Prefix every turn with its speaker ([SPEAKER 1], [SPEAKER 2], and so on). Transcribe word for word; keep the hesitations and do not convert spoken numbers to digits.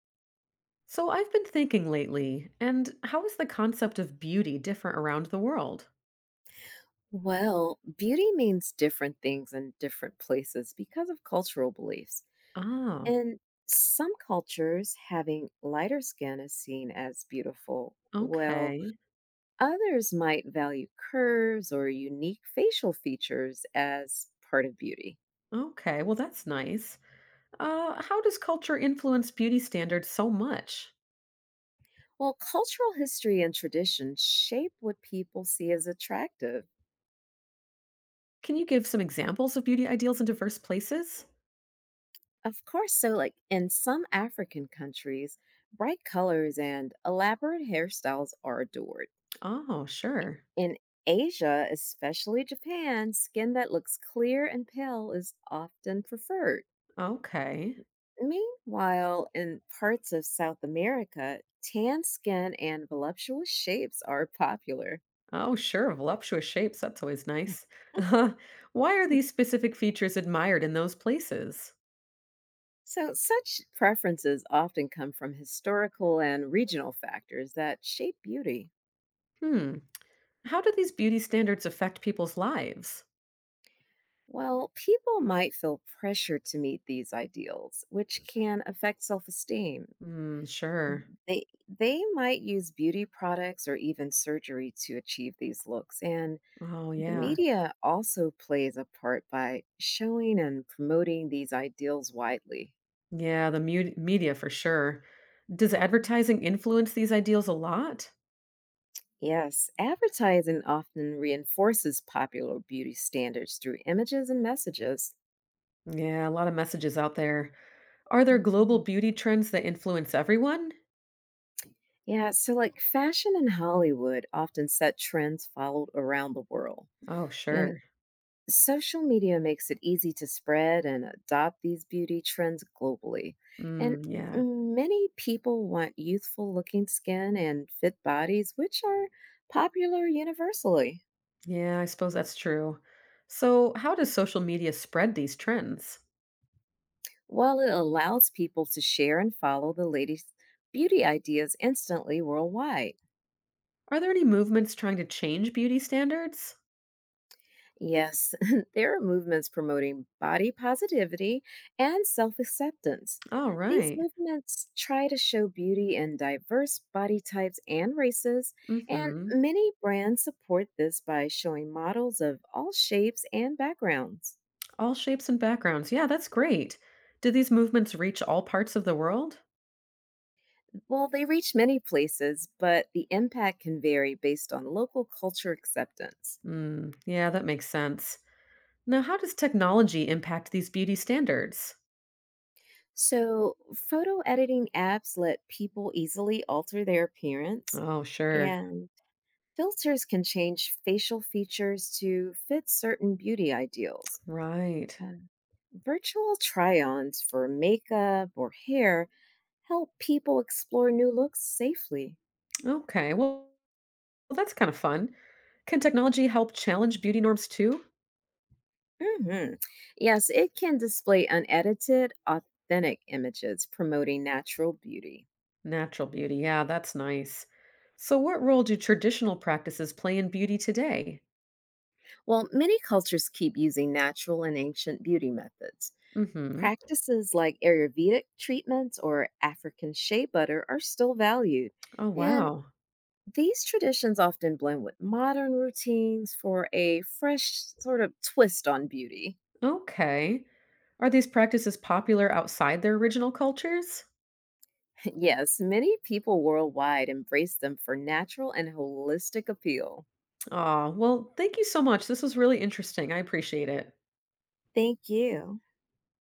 [SPEAKER 1] So I've been thinking lately, and how is the concept of beauty different around the world?
[SPEAKER 2] Well, beauty means different things in different places because of cultural beliefs.
[SPEAKER 1] Ah,
[SPEAKER 2] In some cultures, having lighter skin is seen as beautiful, while
[SPEAKER 1] okay.
[SPEAKER 2] others might value curves or unique facial features as part of beauty.
[SPEAKER 1] Okay, well, that's nice. Uh, how does culture influence beauty standards so much?
[SPEAKER 2] Well, cultural history and tradition shape what people see as attractive.
[SPEAKER 1] Can you give some examples of beauty ideals in diverse places?
[SPEAKER 2] Of course, so like in some African countries, bright colors and elaborate hairstyles are adored.
[SPEAKER 1] Oh, sure.
[SPEAKER 2] In Asia, especially Japan, skin that looks clear and pale is often preferred.
[SPEAKER 1] Okay.
[SPEAKER 2] Meanwhile, in parts of South America, tan skin and voluptuous shapes are popular.
[SPEAKER 1] Oh, sure. Voluptuous shapes. That's always nice. Why are these specific features admired in those places?
[SPEAKER 2] So, such preferences often come from historical and regional factors that shape beauty.
[SPEAKER 1] Hmm. How do these beauty standards affect people's lives?
[SPEAKER 2] Well, people might feel pressure to meet these ideals, which can affect self esteem.
[SPEAKER 1] Hmm, sure.
[SPEAKER 2] They they might use beauty products or even surgery to achieve these looks, and
[SPEAKER 1] Oh,
[SPEAKER 2] the
[SPEAKER 1] yeah.
[SPEAKER 2] media also plays a part by showing and promoting these ideals widely.
[SPEAKER 1] Yeah, the mu media for sure. Does advertising influence these ideals a lot?
[SPEAKER 2] Yes, advertising often reinforces popular beauty standards through images and messages.
[SPEAKER 1] Yeah, a lot of messages out there. Are there
[SPEAKER 2] Mhm.
[SPEAKER 1] global beauty trends that influence everyone?
[SPEAKER 2] Yeah, so like fashion in Hollywood often set trends followed around the world.
[SPEAKER 1] Oh,
[SPEAKER 2] And
[SPEAKER 1] sure.
[SPEAKER 2] social media makes it easy to spread and adopt these beauty trends globally. And
[SPEAKER 1] Mm, yeah.
[SPEAKER 2] many people want youthful looking skin and fit bodies, which are popular universally.
[SPEAKER 1] Yeah, I suppose that's true. So, how does social media spread these trends?
[SPEAKER 2] While it allows people to share and follow the latest beauty ideas instantly worldwide.
[SPEAKER 1] Are there any movements trying to change beauty standards?
[SPEAKER 2] Yes, there are movements promoting body positivity and self acceptance.
[SPEAKER 1] Oh,
[SPEAKER 2] These
[SPEAKER 1] right.
[SPEAKER 2] movements try to show beauty in diverse body types and races, and
[SPEAKER 1] Mm-hmm.
[SPEAKER 2] many brands support this by showing models of all shapes and backgrounds.
[SPEAKER 1] All shapes and backgrounds. Yeah, that's great. Do these movements reach all parts of the world?
[SPEAKER 2] Well, they reach many places, but the impact can vary based on local culture acceptance.
[SPEAKER 1] Mm, yeah, that makes sense. Now, how does technology impact these beauty standards?
[SPEAKER 2] So, photo editing apps let people easily alter their appearance.
[SPEAKER 1] Oh, sure.
[SPEAKER 2] And filters can change facial features to fit certain beauty ideals.
[SPEAKER 1] Right.
[SPEAKER 2] Uh, Virtual try ons for makeup or hair help people explore new looks safely.
[SPEAKER 1] Okay. Well, well, that's kind of fun. Can technology help challenge beauty norms too?
[SPEAKER 2] Mhm. Yes, it can display unedited, authentic images promoting natural beauty.
[SPEAKER 1] Natural beauty. Yeah, that's nice. So, what role do traditional practices play in beauty today?
[SPEAKER 2] Well, many cultures keep using natural and ancient beauty methods.
[SPEAKER 1] Mm-hmm.
[SPEAKER 2] Practices like Ayurvedic treatments or African shea butter are still valued.
[SPEAKER 1] Oh,
[SPEAKER 2] And
[SPEAKER 1] wow.
[SPEAKER 2] these traditions often blend with modern routines for a fresh sort of twist on beauty.
[SPEAKER 1] Okay. Are these practices popular outside their original cultures?
[SPEAKER 2] Yes, many people worldwide embrace them for natural and holistic appeal.
[SPEAKER 1] Ah, well, thank you so much. This was really interesting. I appreciate it.
[SPEAKER 2] Thank you.